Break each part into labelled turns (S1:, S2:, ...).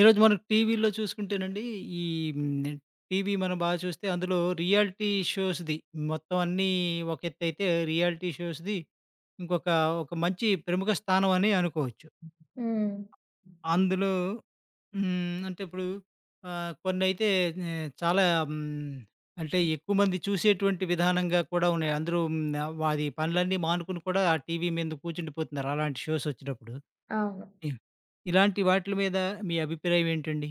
S1: ఈరోజు మనం టీవీలో చూసుకుంటేనండి, ఈ హ్మ్. టీవీ మనం బాగా చూస్తే అందులో రియాలిటీ షోస్‌ది మొత్తం అన్నీ ఒక ఎత్తైతే రియాలిటీ షోస్‌ది ఇంకొక ఒక మంచి ప్రముఖ స్థానం అని అనుకోవచ్చు.
S2: హ్మ్.
S1: అందులో హ్మ్. అంటే ఇప్పుడు కొన్నైతే చాలా హ్మ్. అంటే ఎక్కువ మంది చూసేటువంటి విధానంగా కూడా ఉన్నాయి. అందరూ హ్మ్. వారి పనులన్నీ మానుకుని కూడా ఆ టీవీ మీద కూర్చుండిపోతున్నారు. అలాంటి షోస్ వచ్చినప్పుడు.
S2: అవును.
S1: హ్మ్. ఇలాంటి వాటిల మీద మీ అభిప్రాయం ఏంటండి?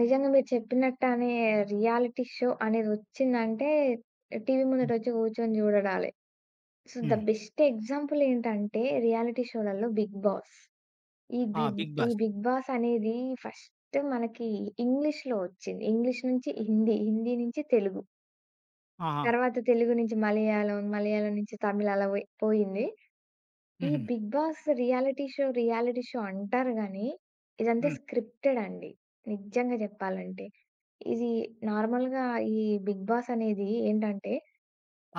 S2: నిజంగా మీరు చెప్పినట్టనే రియాలిటీ షో అనేదొచ్చిందంటే టీవీ
S1: హ్మ్.
S2: ముందటొచ్చి కూర్చొని చూడడాలే. సో, ద
S1: హ్మ్.
S2: బెస్ట్ ఎగ్జాంపుల్ ఏంటంటే రియాలిటీ షోలలో 'బిగ్ బాస్.' ఈ
S1: ఆ!
S2: బిబ్
S1: 'బిగ్
S2: ఈ
S1: బాస్.'
S2: 'బిగ్ బాస్' అనేది ఫస్ట్ మనకి ఇంగ్లీష్‌లో వచ్చింది. ఇంగ్లీష్ నుంచి హిందీ, హిందీ నుంచి తెలుగు.
S1: ఆహా!
S2: తర్వాత తెలుగు నుంచి మలయాళం, మలయాళం నుంచి తమిళ్ అలా పోయి పోయింది. ఈ
S1: హుహు.
S2: 'బిగ్ బాస్' రియాలిటీ షో అంటారు గానీ, ఇదంతా
S1: హ్మ్.
S2: స్క్రిప్టెడ్ అండి. నిజంగా జెప్పాలంటే. ఇది నార్మల్‌గా ఈ 'బిగ్ బాస్' అనేది ఏంటంటే,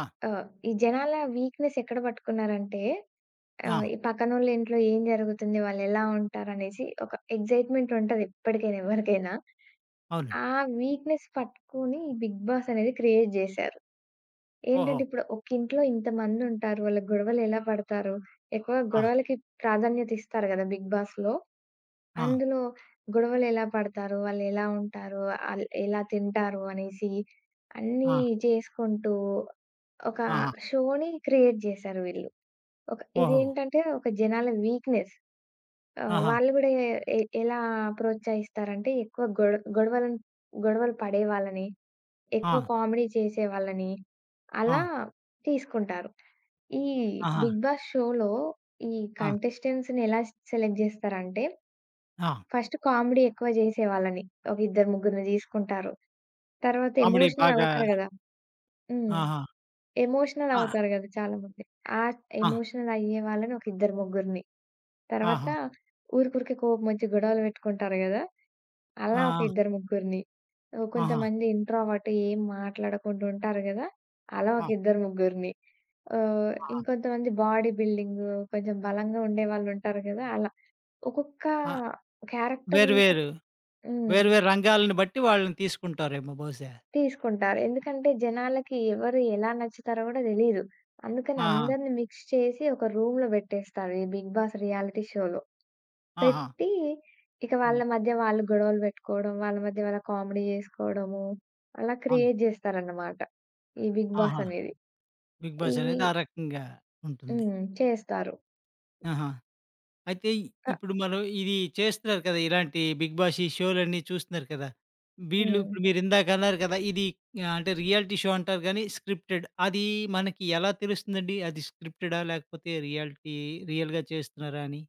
S1: ఆ!
S2: ఈ జనాల వీక్‌నెస్ ఎక్కడ పట్టుకున్నారంటే,
S1: ఆ!
S2: ఈ పక్కనోళ్ళ ఇంట్లో ఏం జరుగుతుంది? వాళ్ళెలా ఉంటారనేసి ఒక ఎక్సైట్‌మెంట్ ఉంటది ఎప్పటికైనా ఎవరికైనా.
S1: అవునండి.
S2: ఆ వీక్‌నెస్ పట్టుకొని ఈ 'బిగ్ బాస్' అనేది క్రియేట్ జేశారు.
S1: ఓహో!
S2: ఏంటంటే ఇప్పుడు ఒక ఇంట్లో ఇంతమందుంటారు. వాళ్ళ గొడవలు ఎలా పడతారు? ఎక్కువ
S1: ఆ!
S2: గొడవలకి ప్రాధాన్యత ఇస్తారు గదా! 'బిగ్ బాస్‌లో'.
S1: ఆ!
S2: అందులో గొడవలు ఎలా పడతారు? వాళ్ళు ఎలా ఉంటారు? ఆళ్ళు ఎలా తింటారు? అనేసి అన్నీ
S1: ఆ!
S2: చేసుకుంటూ ఒక
S1: ఆహా!
S2: షోని క్రియేట్ జేశారు వీళ్ళు. ఒక
S1: ఓహో!
S2: ఇదేంటంటే ఒక జనాల వీక్‌నెస్.
S1: ఆహా!
S2: వాళ్ళు గూడా ఎ ఎ- ఎలా ప్రోత్సహిస్తారంటే ఎక్కువ గొడవలను గొడవలు పడే వాళ్ళని
S1: ఆ!
S2: ఎక్కువ కామెడీ చేసేవాళ్ళని అలా
S1: ఆ!
S2: తీసుకుంటారు. ఈ
S1: ఆహా!
S2: 'బిగ్ బాస్' షోలో ఈ
S1: ఆ!
S2: కంటెస్టెంట్స్‌ని ఎలా సెలెక్ట్ జేస్తారంటే,
S1: ఆ!
S2: ఫస్ట్ కామెడీ ఎక్కువ జేసేవాళ్ళని ఒక ఇద్దరు, ముగ్గురిని తీసుకుంటారు. తర్వాత
S1: కామెడీ
S2: ఎమోషనల్
S1: బాగా
S2: అవుతారు గదా! హ్మ్.
S1: ఆహా!
S2: ఎమోషనల్
S1: ఆ!
S2: అవుతారు గదా! చాలామంది. ఆ
S1: ఆ!
S2: ఎమోషనల్ అయ్యే వాళ్ళని ఒక ఇద్దరు, ముగ్గురిని. తర్వాత
S1: ఆహా!
S2: ఊరికూరికే కోపమొచ్చి గొడవలు పెట్టుకుంటారు గదా!
S1: ఆ!
S2: అలా ఒక
S1: ఆ!
S2: ఇద్దరు ముగ్గురిని. ఓహ్!
S1: ఆహా!
S2: కొంతమంది ఇంట్రోవర్ట్ ఏం మాట్లాడకుండా ఉంటారు గదా! అలా
S1: ఆ!
S2: ఒక ఇద్దరు ముగ్గురిని.
S1: ఆహా!
S2: ఇంకొంతమంది బాడీ బిల్డింగు కొంచెం బలంగా ఉండేవాళ్ళుంటారు గదా! అలా. ఒక్కొక్క
S1: ఆ!
S2: క్యారెక్టర్
S1: వేరు
S2: నుంచి ఒక
S1: వేరు,
S2: హ్మ్.
S1: వేరు వేరు రంగాలను బట్టి వాళ్ళని తీసుకుంటారేమో బహుశా.
S2: తీసుకుంటారు. ఎందుకంటే జనాలకి ఎవరు ఎలా నచ్చుతారో గూడా తెలీదు. అందుకని
S1: ఆహా!
S2: అందరిని మిక్స్ చేసి ఒక రూమ్‌లో బెట్టేస్తారు. ఈ 'బిగ్ బాస్' రియాలిటీ షోలో.
S1: ఆహా!
S2: పెట్టి, ఇక వాళ్ళ
S1: హ్మ్.
S2: మధ్య వాళ్ళు గొడవలు పెట్టుకోవడం, వాళ్ళ మధ్య వాళ్ళ కామెడీ జేసుకోవడము, అలా
S1: అవును.
S2: క్రియేట్ జేస్తారన్నమాట. ఈ బిగ్ బాస్
S1: ఆహా!
S2: అనేది.
S1: 'బిగ్
S2: ఈ
S1: బాస్' అనేది ఆ రకంగా ఉంటుంది.
S2: హ్మ్. చేస్తారు.
S1: ఆహా! అయితే
S2: క
S1: ఇప్పుడు మనం ఇది చేస్తున్నారు కదా! ఇలాంటి 'బిగ్ బాస్' ఈ షోలన్నీ చూస్తున్నారు కదా! వీళ్ళు
S2: హ్మ్.
S1: ఇప్పుడు మీరు ఇందాక అన్నారు కదా! ఇది అంటే రియాలిటీ షో అంటారు గానీ స్క్రిప్టెడ్. అది మనకి ఎలా తెలుస్తుందండి? అది స్క్రిప్టెడా? లేకపోతే రియల్‌గా చేస్తున్నారా అని?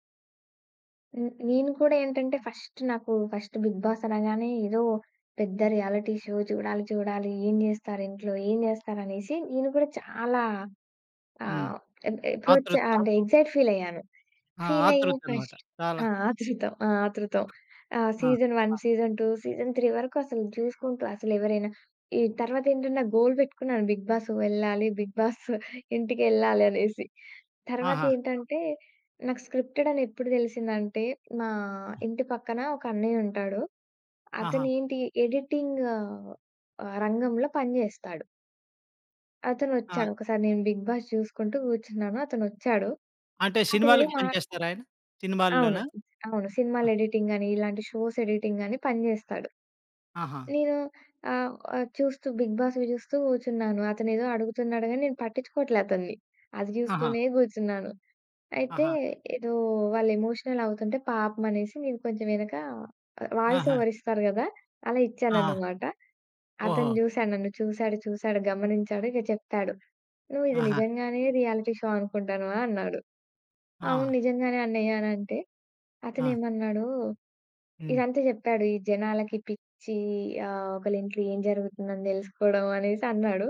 S2: హ్మ్. నేను కూడా ఏంటంటే ఫస్ట్ బిగ్ బాస్ అనగానే ఏదో పెద్ద రియాలిటీ షో చూడాలి, చూడాలి. ఏం జేస్తారు ఇంట్లో? ఏం జేస్తారనేసి నేను కూడా చాలా
S1: హ్మ్.
S2: ఆహ్, ఎ అప్రోచ్
S1: ఆతృత.
S2: అంటే ఎక్సైట్ ఫీల్ అయ్యాను.
S1: ఆ!
S2: ఫీలయ్యి
S1: ఆతృతనమాట.
S2: ఫస్ట్
S1: చాలా.
S2: ఆ! ఆతృతం. ఆ! ఆతృతం.
S1: ఆ!
S2: సీజన్ 1, ఆ! సీజన్ 2, సీజన్ 3 వరకు అసలు చూసుకుంటూ అసలెవరైనా తర్వాతేంటంటే నా గోల్ పెట్టుకున్నాను బిగ్ బాస్ వెళ్ళాలి, బిగ్ బాస్ ఇంటికెళ్ళాలి అనేసి.
S1: ఆహా!
S2: తర్వాతేంటంటే నాకు స్క్రిప్టెడ్ అని ఎప్పుడు తెలిసిందంటే మా ఇంటి పక్కన ఒక అన్నయ్య ఉంటాడు.
S1: ఆహా!
S2: అతనేంటి ఎడిటింగ్ రంగంలో పని చేస్తాడు.
S1: ఆ!
S2: అతనొచ్చాడు. ఒకసారి నేను బిగ్ బాస్ చూసుకుంటూ కూర్చున్నాను. అతనొచ్చాడు.
S1: అంటే
S2: అతనేదో
S1: సినిమాలకి
S2: మా
S1: పనిచేస్తారా ఆయన?
S2: అవును.
S1: సినిమాల్లోనా?
S2: అవును.
S1: ఆ!
S2: సినిమాలు ఎడిటింగ్ అని, ఇలాంటి షోస్ ఎడిటింగ్ అని పని జేస్తాడు.
S1: ఆహా!
S2: నేను ఆహ్, ఆహ్, చూస్తూ 'బిగ్ బాస్‌వి' చూస్తూ కూర్చున్నాను. అతనేదో అడుగుతున్నాడు గాని నేను పట్టించుకోవట్లే అతన్ని. అది
S1: ఆహా!
S2: చూస్తూనే కూర్చున్నాను. అయితే
S1: ఆహా!
S2: ఏదో వాళ్ళు ఎమోషనల్ అవుతుంటే పాపం అనేసి నేను కొంచెం వెనక వాయిస్
S1: ఆహా!
S2: ఓవర్ ఇస్తారు గదా! అలా
S1: ఆహా!
S2: ఇచ్చానన్నమాట.
S1: ఓహో!
S2: అతను జూసాడు నన్ను. చూసాడు, చూసాడు, గమనించాడు. ఇక చెప్పాడు. "నువ్వు ఇది
S1: ఆహా!
S2: నిజంగానే రియాలిటీ షో అనుకుంటానవా?" అన్నాడు.
S1: ఆ!
S2: అవును. నిజంగానే అన్నయ్య అనంటే,
S1: ఆ!
S2: అతనేమన్నాడు
S1: హ్మ్.
S2: ఇదంతా చెప్పాడు. ఈ జనాలకి పిచ్చి, ఒకళ్ళింట్లో ఏం జరుగుతుందని తెలుసుకోవడం అనేసి అన్నాడు.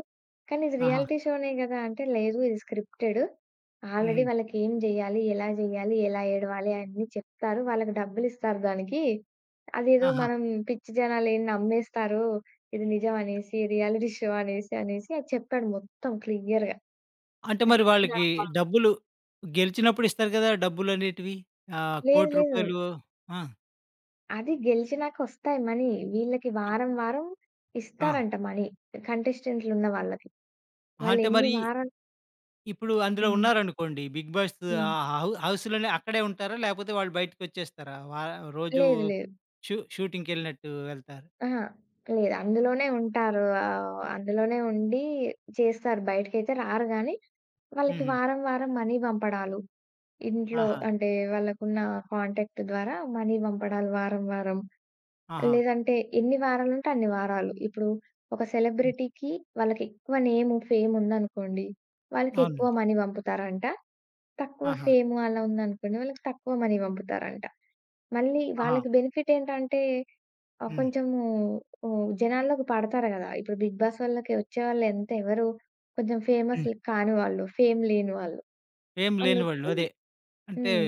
S2: కానీ ఇది
S1: ఆహా!
S2: రియాలిటీ షోనే గదా! అంటే లేదు ఇది స్క్రిప్టెడ్. ఆల్రెడీ
S1: హుహు.
S2: వాళ్ళకేం జేయాలి, ఎలా జేయాలి, ఎలా ఏడవాలి అయన్నీ చెప్తారు. వాళ్ళకి డబ్బులిస్తారు దానికి. అదేదో
S1: ఆహా!
S2: మనం పిచ్చి జనాలేం నమ్మేస్తారు. ఇది నిజం అనేసి, రియాలిటీ షో అనేసి, అనేసి అది చెప్పాడు మొత్తం క్లియర్‌గా.
S1: అంటే మరి
S2: నాకప్పుడు అర్థం
S1: వాళ్ళకి
S2: చెప్పాలి.
S1: డబ్బులు గెలిచినప్పుడు ఇస్తారు కదా! డబ్బులనేటివి. ఆహ్,
S2: లేదు
S1: రూ.
S2: లేదు.
S1: 1,00,00,000 ఆ!
S2: అది గెలిచినాకొస్తాయి మనీ. వీళ్ళకి
S1: ఆ!
S2: వారం, వారం
S1: ఆ!
S2: ఇస్తారంట మనీ. కంటెస్టెంట్లున్న వాళ్ళకి.
S1: అంటే
S2: వాళ్ళెన్ని
S1: మరి
S2: వారాలు
S1: ఇప్పుడు అందులో
S2: హ్మ్.
S1: ఉన్నారనుకోండి. 'బిగ్ బాస్'
S2: హ్మ్.
S1: ఆహ్, హౌ హౌస్‌లోనే అక్కడే ఉంటారా? లేకపోతే వాళ్ళు బయటికొచ్చేస్తారా? వా రోజు
S2: లేదు. లేదు.
S1: షూ షూటింగ్‌కెళ్ళినట్టు వెళ్తారు.
S2: అహా! లేదు. అందులోనే ఉంటారు. అందులోనే ఉండి చేస్తారు. బయటికైతే రారు గానీ, వాళ్ళకి
S1: హుహు.
S2: వారం, వారం మనీ పంపడాలు. ఇంట్లో
S1: ఆహా!
S2: అంటే వాళ్ళకున్న కాంటాక్ట్ ద్వారా మనీ పంపడాలు వారం, వారం.
S1: ఆహా!
S2: లేదంటే ఎన్ని వారాలంటే అన్ని వారాలు. ఇప్పుడు ఒక
S1: హ్మ్.
S2: సెలబ్రిటీకి వాళ్ళకెక్కువ నేము, ఫేమ్ ఉందనుకోండి. వాళ్ళకి ఎక్కువ
S1: అవునండి.
S2: మనీ పంపుతారంట. తక్కువ
S1: ఆహా!
S2: ఫేమ్ అలా ఉందనుకోండి. వాళ్ళకి తక్కువ మనీ పంపుతారంట. మళ్ళీ
S1: ఆహా!
S2: వాళ్ళకి బెనిఫిట్ ఏంటంటే
S1: హ్మ్.
S2: కొంచెము జనాల్లోకి పడతారు గదా! ఇప్పుడు 'బిగ్ బాస్' వాళ్ళకి వచ్చేవాళ్ళు ఎంత ఎవరు కొంచెం
S1: హ్మ్.
S2: ఫేమస్‌లు కాని వాళ్ళు, ఫేమ్ లేని వాళ్ళు.
S1: ఏం లేనివాళ్ళు.
S2: వాళ్ళొచ్చి
S1: అదే. అంటే
S2: హ్మ్.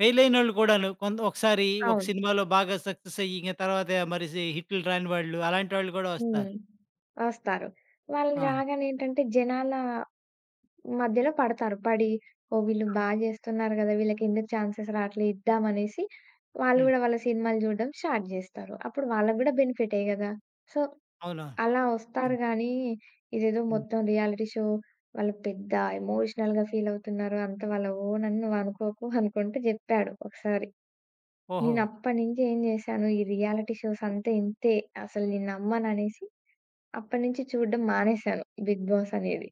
S1: ఫెయిలయినోళ్ళు కూడాను. కొంత ఒకసారి ఒక
S2: అవును.
S1: సినిమాలో బాగా సక్సెస్ అయ్యి, ఇంక తర్వాత మరి హిట్‌లు రాని వాళ్ళు, అలాంటి వాళ్ళు గూడా వస్తారు.
S2: హ్మ్. వస్తారు. వాళ్ళు
S1: ఆ!
S2: రాగానే ఏంటంటే జనాల మధ్యలో పడతారు. పడి ఓహ్! వీళ్ళు బా జేస్తున్నారు గదా! వీళ్ళకెందుకు ఛాన్సెస్ రాట్లే ఇద్దామనేసి వాళ్ళు
S1: హ్మ్.
S2: గూడా వాళ్ళ సినిమాలు జూడడం స్టార్ట్ జేస్తారు. అప్పుడు వాళ్ళకి గూడా బెనిఫిటే గదా! సో,
S1: అవునా?
S2: అలా
S1: హ్మ్.
S2: వస్తారు గానీ, ఇదేదో
S1: హ్మ్.
S2: మొత్తం రియాలిటీ షో వాళ్ళు పెద్ద ఎమోషనల్‌గా ఫీలవుతున్నారు. అంత వాళ్ళ ఓన్ అని నువ్వనుకోకు అనుకుంటూ జెప్పాడు ఒకసారి.
S1: ఓహో!
S2: నేనప్పటినుంచి ఏం జేశాను, ఈ రియాలిటీ షోస్ అంతా ఇంతే అసలు నేను నమ్మననేసి అప్పటినుంచి చూడడం మానేశాను 'బిగ్ బాస్' అనేది.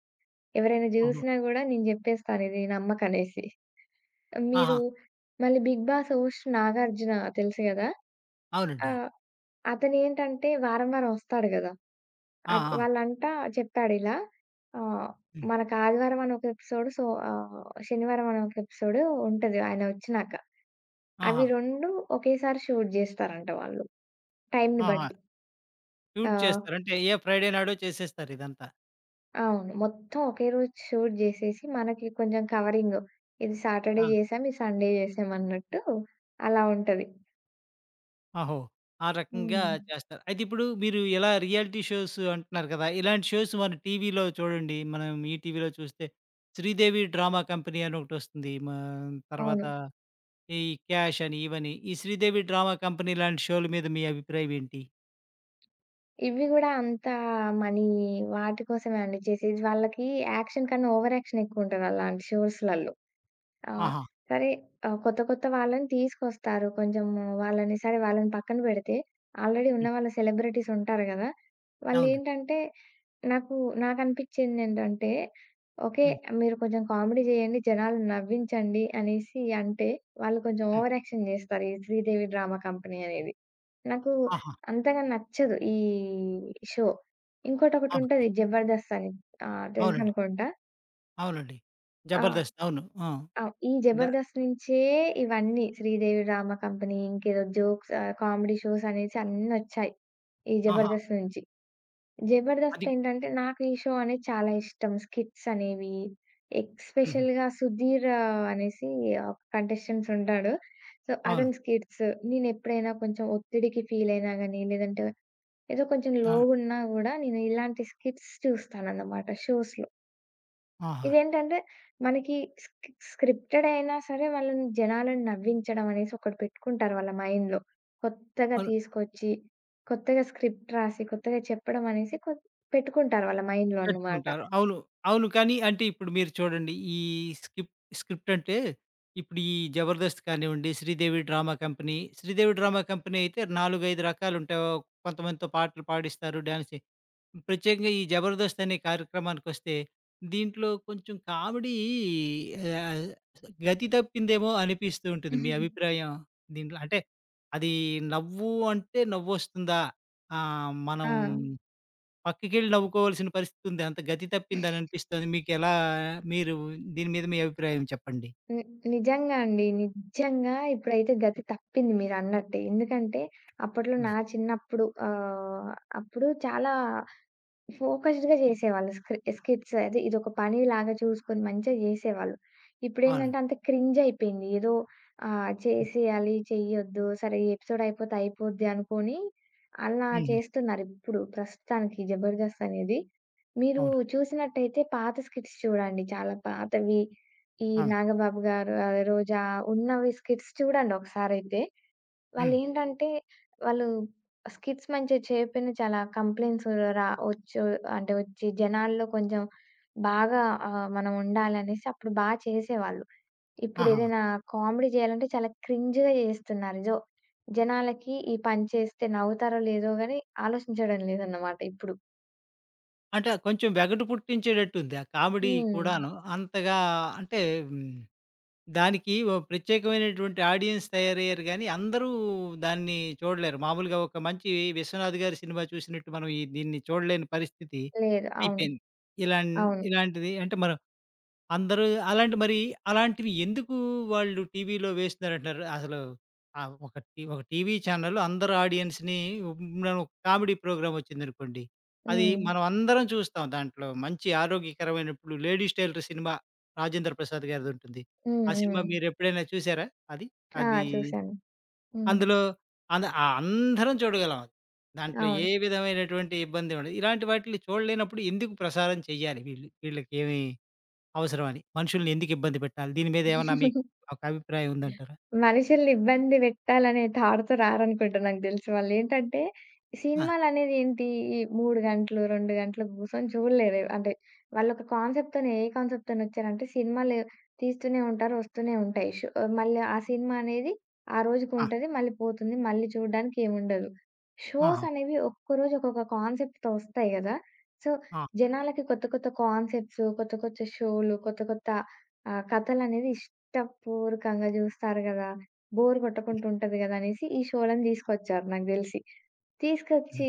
S2: ఎవరైనా
S1: ఓహో!
S2: జూసినా గూడా నేను జెప్పేస్తాను ఇది నమ్మకనేసి.
S1: ఆహా!
S2: మీరు మళ్ళీ 'బిగ్ బాస్' హోస్ట్ నాగార్జున తెలుసు గదా! ఆ!
S1: అవునండి.
S2: అతనేంటంటే వారం వారం ఒస్తాడు గదా!
S1: ఆ! ఆ!
S2: వాళ్ళంట చెప్పాడిలా, ఆహ్,
S1: హ్మ్.
S2: మనకు ఆదివారం అని ఒక ఎపిసోడ్, సో, ఆహ్, శనివారం అని ఒక ఎపిసోడ్ ఉంటది ఆయన ఒచ్చినాక.
S1: ఆహా!
S2: అవి 2 ఒకేసారి షూట్ జేస్తారంట వాళ్ళు టైమ్‌ని
S1: ఆహా!
S2: బట్టి. ఆ!
S1: ట్యూన్ చేస్తారు. అంటే ఏ ఫ్రైడే నాడో చేసేస్తారు ఇదంతా.
S2: అవును. మొత్తం ఒకే రోజు షూట్ జేసేసి, మనకి కొంచెం కవరింగ్. ఇది
S1: ఆ!
S2: సాటర్‌డే జేసాం, ఇది సండే జేసాం అన్నట్టు అలా ఉంటది.
S1: ఓహో! ఆ రకంగా
S2: హ్మ్.
S1: చేస్తారు. అయితే ఇప్పుడు మీరు ఇలా రియాలిటీ షోస్ అంటున్నారు కదా! ఇలాంటి షోస్ మన టీవీలో చూడండి. మనం ఈటీవీలో చూస్తే 'శ్రీదేవి డ్రామా కంపెనీ' అని ఒకటొస్తుంది. మా తర్వాత
S2: అవును.
S1: ఈ 'క్యాష్' అని ఇవని. ఈ 'శ్రీదేవి డ్రామా కంపెనీ' లాంటి షోల మీద మీ అభిప్రాయం ఏంటి?
S2: ఇవి గూడా అంత మనీ వాటి కోసమే అండి చేసేది. వాళ్ళకి యాక్షన్ కన్నా ఓవర్ యాక్షన్ ఎక్కువుంటది అలాంటి షోస్‌లలో. ఆ!
S1: ఆహా!
S2: సరే కొత్త కొత్త వాళ్ళని తీసుకొస్తారు. కొంచెం వాళ్ళని పక్కన పెడితే, ఆల్రెడీ ఉన్న
S1: హ్మ్.
S2: వాళ్ళ సెలబ్రిటీస్ ఉంటారు గదా!
S1: అవునండి.
S2: వాళ్ళేంటంటే నాకు నాకనిపిచ్చిందేంటంటే, ఓకే.
S1: హ్మ్.
S2: మీరు కొంచెం కామెడీ జేయండి, జనాలను నవ్వించండి అనేసి అంటే, వాళ్ళు కొంచెం
S1: హ్మ్.
S2: ఓవర్ యాక్షన్ జేస్తారు. ఈ 'శ్రీదేవి డ్రామా కంపెనీ' అనేది. నాకు
S1: ఆహా!
S2: అంతగా నచ్చదు ఈ షో.
S1: అవును.
S2: ఇంకోటొకటుంటది 'జబర్దస్త్' అని.
S1: అవునండి.
S2: తెలుసనుకుంటా.
S1: అవునండి.
S2: ఆ! తెలుసు అనుకుంటా.
S1: 'జబర్దస్త్' అవును. ఆ!
S2: ఈ
S1: ద
S2: 'జబర్దస్త్' నుంచే ఇవన్నీ 'శ్రీదేవి డ్రామా కంపెనీ' ఇంకేదో జోక్స్, కామెడీ షోస్ అనేసి అన్నొచ్చాయి. ఈ
S1: ఆహా!
S2: 'జబర్దస్త్' నుంచి.
S1: అది
S2: 'జబర్దస్త్' ఏంటంటే నాకు ఈ షో అనేది చాలా ఇష్టం. స్కిట్స్ అనేవి
S1: హుహు.
S2: ఎక్స్‌పెషల్‌గా సుధీర్ అనేసి ఒక కంటెస్టెంట్స్ ఉంటాడు. సో,
S1: అవును.
S2: అతని స్కిట్స్ నేనెప్పుడైనా కొంచెం ఒత్తిడికి ఫీల్ అయినా గాని, లేదంటే ఏదో కొంచెం
S1: ఆ!
S2: లోగున్నా గూడా నేను ఇలాంటి స్కిట్స్ చూస్తానన్నమాట షోస్‌లో.
S1: ఆహా!
S2: ఇదేంటంటే మనకి స్క్రిప్టెడ్ అయినా సరే వాళ్ళని జనాలను నవ్వించడం అనేసి ఒకటి పెట్టుకుంటారు వాళ్ళ మైండ్‌లో. కొత్తగా
S1: అవును.
S2: తీసుకొచ్చి, కొత్తగా స్క్రిప్ట్ రాసి, కొత్తగా చెప్పడం అనేసి పెట్టుకుంటారు వాళ్ళ మైండ్‌లో అన్నమాట.
S1: పెట్టుకుంటారు. అవును. అవును. కానీ అంటే ఇప్పుడు మీరు చూడండి ఈ స్కిప్ స్క్రిప్ట్ అంటే ఇప్పుడు ఈ 'జబర్దస్త్' కానివ్వండి, 'Sridevi drama company'. 'Sridevi drama company' అయితే 4, 5 రకాలుంటాయి. ఓ కొంతమందితో పాటలు పాడిస్తారు, డాన్స్ చే ప్రత్యేకంగా ఈ 'జబర్దస్త్' అనే కార్యక్రమానికొస్తే దీంట్లో కొంచెం కామెడీ ఆహ్, గతి తప్పిందేమో అనిపిస్తూ ఉంటుంది. మీ అభిప్రాయం దీంట్లో అంటే అది నవ్వు అంటే నవ్వొస్తుందా? మనం
S2: ఆ!
S1: పక్కకెళ్ళి నవ్వుకోవాల్సిన పరిస్థితుంది. అంత గతి తప్పిందననిపిస్తది. మీరు దీని మీద మీ అభిప్రాయం చెప్పండి?
S2: ని నిజంగా అండి. నిజంగా ఇప్పుడైతే గతి తప్పింది మీరన్నట్టే. ఎందుకంటే అప్పట్లో
S1: ఆ!
S2: నా చిన్నప్పుడు, అప్పుడు చాలా ఫోకస్డ్‌గా జేసేవాళ్ళు. స్కిట్స్ అదే ఇదొక పనిలాగా చూసుకొని మంచిగా జేసేవాళ్ళు.
S1: అవునండి.
S2: ఇప్పుడేందంటే అంత క్రింజ్ అయిపోయింది. ఏదో
S1: హ్మ్.
S2: చేసేయాలి, చెయ్యొద్దు, సరే ఈ ఎపిసోడ్ అయిపోతే అయిపోద్ది అనుకోని అలా
S1: హుహు.
S2: చేస్తున్నారిప్పుడు ప్రస్తుతానికి 'జబర్దస్త్' అనేది. మీరు
S1: అవును.
S2: చూసినట్టయితే పాత స్కిట్స్ చూడండి. చాలా పాతవి ఈ
S1: ఆ!
S2: నాగబాబు గారు, రోజా ఉన్నవి స్కిట్స్ చూడండి ఒకసారైతే.
S1: హ్మ్.
S2: వాళ్ళేంటంటే, వాళ్ళు స్కిట్స్ మంచిగా చేయకపోయినా చాలా కంప్లెయింట్స్ ఒచ్చు అంటే ఒచ్చి జనాల్లో కొంచెం బాగా, మనం ఉండాలనేసి అప్పుడు బా చేసేవాళ్ళు.
S1: ఆహా!
S2: ఇప్పుడేదైనా కామెడీ జేయాలంటే చాలా క్రింజ్‌గా జేస్తున్నారు. జనాలకి ఈ పని చేస్తే నవ్వుతారో లేదో గాని ఆలోచించడం లేదన్నమాట ఇప్పుడు.
S1: అంటే కొంచెం వెగటు పుట్టించేటట్టుంది ఆ కామెడీ
S2: హ్మ్.
S1: కూడాను. అంతగా అంటే హ్మ్. దానికి ఓ ప్రత్యేకమైనటువంటి ఆడియన్స్ తయారయ్యారు గానీ, అందరూ దాన్ని చూడలేరు. మామూలుగా ఒక మంచి 'విశ్వనాథ్' గారి సినిమా చూసినట్టు మనం ఈ దీన్ని చూడలేని పరిస్థితి
S2: లేదు. అవును.
S1: అయిపోయింది. ఇలాన్
S2: అవును.
S1: ఇలాంటిది అంటే మనం అందరూ అలాంటి మరి అలాంటివి ఎందుకు వాళ్ళు టీవీలో వేస్తున్నారంటున్నారు? అసలు ఆహ్, ఒక టీ ఒక టీవీ ఛానల్ అందరు ఆడియన్స్‌ని మనం కామెడీ ప్రోగ్రామ్ వచ్చిందనుకోండి. అది
S2: హ్మ్.
S1: మనం అందరం చూస్తాం. దాంట్లో మంచి ఆరోగ్యకరమైన ఇప్పుడు 'లేడీస్ టైలర్' సినిమా 'రాజేంద్ర ప్రసాద్' గారిదుంటుంది.
S2: హ్మ్.
S1: ఆ సినిమా
S2: హ్మ్.
S1: మీరెప్పుడైనా చూసారా అది?
S2: ఆ!
S1: అది
S2: చూసాను. హ్మ్.
S1: అందులో ఆ! అందరం చూడగలం అది. దాంట్లో ఏ
S2: అవును.
S1: విధమైనటువంటి ఇబ్బంది ఉండదు. ఇలాంటి వాటిల్ని చూడలేనప్పుడు ఎందుకు ప్రసారం చేయాలి వీళ్ళు? వీళ్ళకేమి అవసరమని. మనుషుల్ని ఎందుకు ఇబ్బంది పెట్టాలి? దీని మీద ఏమన్నా మీకు ఒక అభిప్రాయం ఉందంటారా?
S2: మనుషుల్ని ఇబ్బంది పెట్టాలనే థాట్‌తో రారనుకుంటా నాకు దెలిసి. వాళ్ళేంటంటే,
S1: ఆ!
S2: సినిమాలనేదేంటి, ఈ 3 గంటలు, 2 గంటలు గూసొని చూడలేరు. అంటే, వాళ్ళొక కాన్సెప్ట్‌తోనే ఏ కాన్సెప్ట్‌తోనొచ్చారంటే, సినిమాలు తీస్తూనే ఉంటారు, వస్తూనే ఉంటాయి. షో మళ్ళీ ఆ సినిమా అనేది ఆ
S1: ఆ!
S2: రోజుకుంటది, మళ్ళీ పోతుంది. మళ్ళీ చూడడానికి ఏముండదు.
S1: ఆహా!
S2: షోస్ అనేవి ఒక్కొక్కరోజు ఒక్కొక్క కాన్సెప్ట్‌తో వస్తాయి గదా! సో,
S1: ఆ!
S2: జనాలకి కొత్త కొత్త కాన్సెప్ట్స్, కొత్త కొత్త షోలు, కొత్త కొత్త, కథలనేది ఇష్టపూర్వకంగా జూస్తారు గదా! బోర్ గొట్టకుండా ఉంటది గదా! అనేసి ఈ షోలను దీసుకొచ్చారు నాకు దెలిసి.
S1: హ్మ్.
S2: తీసుకొచ్చి,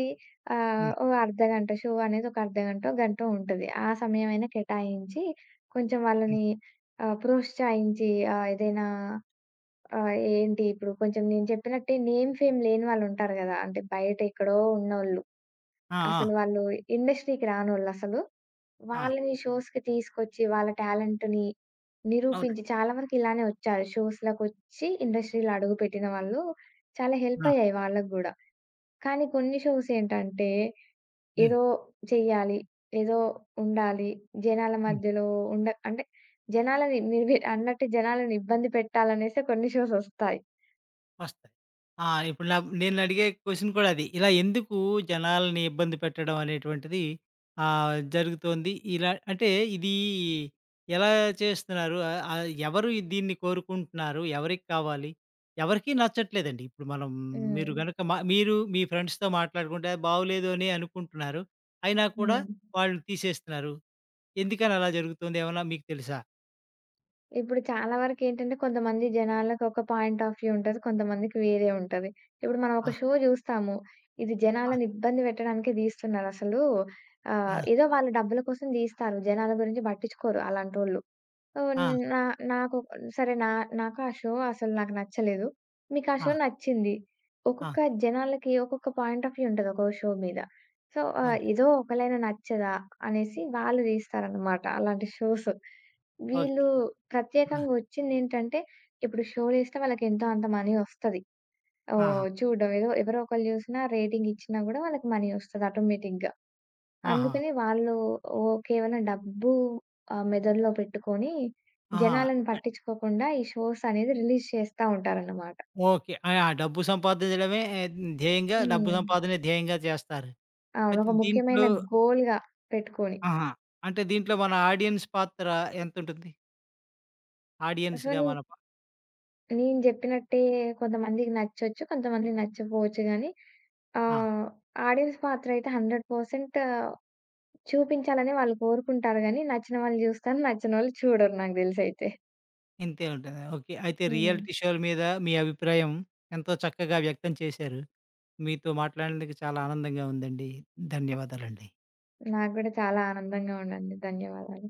S1: హ్మ్.
S2: ఓ అర్ధగంట షో అనేది ఒక అర్ధగంటో, గంటో ఉంటది. ఆ సమయమైనా కేటాయించి కొంచెం
S1: హ్మ్.
S2: వాళ్ళని, ప్రోత్సహించి, ఏదైనా, ఏంటి ఇప్పుడు కొంచెం నేను చెప్పినట్టే నేమ్, ఫేమ్ లేని వాళ్ళుంటారు గదా! అంటే బయట ఎక్కడో ఉన్నోళ్ళు.
S1: ఆ! ఆ!
S2: అసలు వాళ్ళు ఇండస్ట్రీకి రానోళ్ళసలు.
S1: ఆ!
S2: వాళ్ళని షోస్‌కి తీసుకొచ్చి వాళ్ళ టాలెంట్‌ని
S1: అవునండి.
S2: నిరూపించి చాలా వరకు ఇలానే వచ్చారు. షోస్‌లకొచ్చి ఇండస్ట్రీలో అడుగుపెట్టిన వాళ్ళు చాలా హెల్ప్
S1: ఆ!
S2: అయ్యాయి వాళ్ళకి గూడా. కానీ కొన్ని షోస్ ఏంటంటే
S1: హ్మ్.
S2: ఏదో చెయ్యాలి, ఏదో ఉండాలి, జనాల
S1: హ్మ్.
S2: మధ్యలో ఉండ అంటే జనాలని మీరు మీరు అన్నట్టు జనాలని ఇబ్బంది పెట్టాలనేసే కొన్ని షోస్ ఒస్తాయి.
S1: వస్తాయి. ఆ! ఇప్పుడు నేను అడిగే క్వెషన్ కూడా అది. ఇలా ఎందుకు జనాల్ని ఇబ్బంది పెట్టడం అనేటువంటిది జరుగుతోంది. ఇలా అంటే ఇది ఎలా చేస్తున్నారు? ఆహ్, ఆహ్, ఎవరు ఈ- దీన్ని కోరుకుంటున్నారు? ఎవరికి కావాలి? ఎవరికీ నచ్చట్లేదండి. ఇప్పుడు మనం మీరు
S2: హ్మ్.
S1: గనక మీరు మీ ఫ్రెండ్స్‌తో మాట్లాడుకుంటే అది బాగోలేదు అని అనుకుంటున్నారు. అయినా కూడా
S2: హ్మ్.
S1: వాళ్ళు తీసేస్తున్నారు. ఎందుకని అలా జరుగుతుంది? ఏమన్నా మీకు తెలుసా?
S2: ఇప్పుడు చాలా వరకేంటంటే కొంతమంది జనాలకు ఒక పాయింట్ ఆఫ్ వ్యూ ఉంటది. కొంతమందికి వేరే ఉంటది. ఇప్పుడు మనం
S1: ఆ!
S2: ఒక షో జూస్తాము. ఇది
S1: ఆ!
S2: జనాలను ఇబ్బంది పెట్టడానికే దీస్తున్నారసలు.
S1: ఆ!
S2: ఏదో వాళ్ళు డబ్బుల కోసం దీస్తారు. జనాల గురించి పట్టించుకోరు అలాంటోళ్ళు. ఓహ్!
S1: ఆ!
S2: నా నాకు సరే నా నాకు ఆ షో అసలు నాకు నచ్చలేదు. మీకు ఆ షో
S1: ఆ!
S2: నచ్చింది.
S1: ఆ!
S2: ఒక్కొక్క జనాలకి ఒక్కొక్క పాయింట్ ఆఫ్ వ్యూ ఉంటది ఒక్కో షో మీద. సో,
S1: అవును.
S2: ఏదో ఒకలైనా నచ్చదా అనేసి వాళ్ళు తీస్తారనమాట అలాంటి షోస్. వీళ్ళు
S1: ఓకే. ఆ!
S2: ప్రత్యేకంగా వచ్చిందేంటంటే, ఇప్పుడు షోలేస్తే వాళ్ళకి ఎంతో అంత మనీ వస్తది.
S1: ఆహా!
S2: ఓహ్! చూడడం ఏదో ఎవరో ఒకళ్ళు చూసినా రేటింగ్ ఇచ్చినా గూడా వాళ్ళకి మనీ వస్తది ఆటోమేటిక్‌గా.
S1: ఆహా!
S2: అందుకని వాళ్ళు ఓ కేవలం డబ్బు, మెదడులో పెట్టుకొని,
S1: ఆహా!
S2: జనాలను
S1: అ
S2: పట్టించుకోకుండా ఈ షోస్ అనేది రిలీజ్ చేస్తా ఉంటారన్నమాట.
S1: ఓకే. ఆ! ఆ! డబ్బు సంపాదించడమే ధ్యేయంగా, డబ్బు
S2: హ్మ్.
S1: సంపాదనే ధ్యేయంగా చేస్తారు.
S2: అవును.
S1: అయితే
S2: ఒక ముఖ్యమైన
S1: దీంట్లో
S2: గోల్‌గా పెట్టుకొని.
S1: ఆహా! అంటే దీంట్లో మన ఆడియన్స్ పాత్ర ఎంతుంటుంది?
S2: సో,
S1: ఆడియన్స్‌గా
S2: నేను
S1: మన పా
S2: నేను జెప్పినట్టే కొంతమందికి నచ్చొచ్చు, కొంతమందికి నచ్చకపోవచ్చు గానీ,
S1: ఆ!
S2: ఆహ్, ఆడియన్స్ పాత్ర అయితే 100% చూపించాలని వాళ్ళు కోరుకుంటారు గానీ, నచ్చిన వాళ్ళు జూస్తారు, నచ్చనోళ్ళు చూడరు నాకు దెలిసయితే.
S1: ఇంతే ఉంటుందా? ఓకే. అయితే
S2: హ్మ్.
S1: రియాలిటీ షోల మీద మీ అభిప్రాయం ఎంతో చక్కగా వ్యక్తం చేశారు. మీతో మాట్లాడినందుకు చాలా ఆనందంగా ఉందండి. ధన్యవాదాలండి.
S2: నాకు గూడా చాలా ఆనందంగా ఉందండి. ధన్యవాదాలు.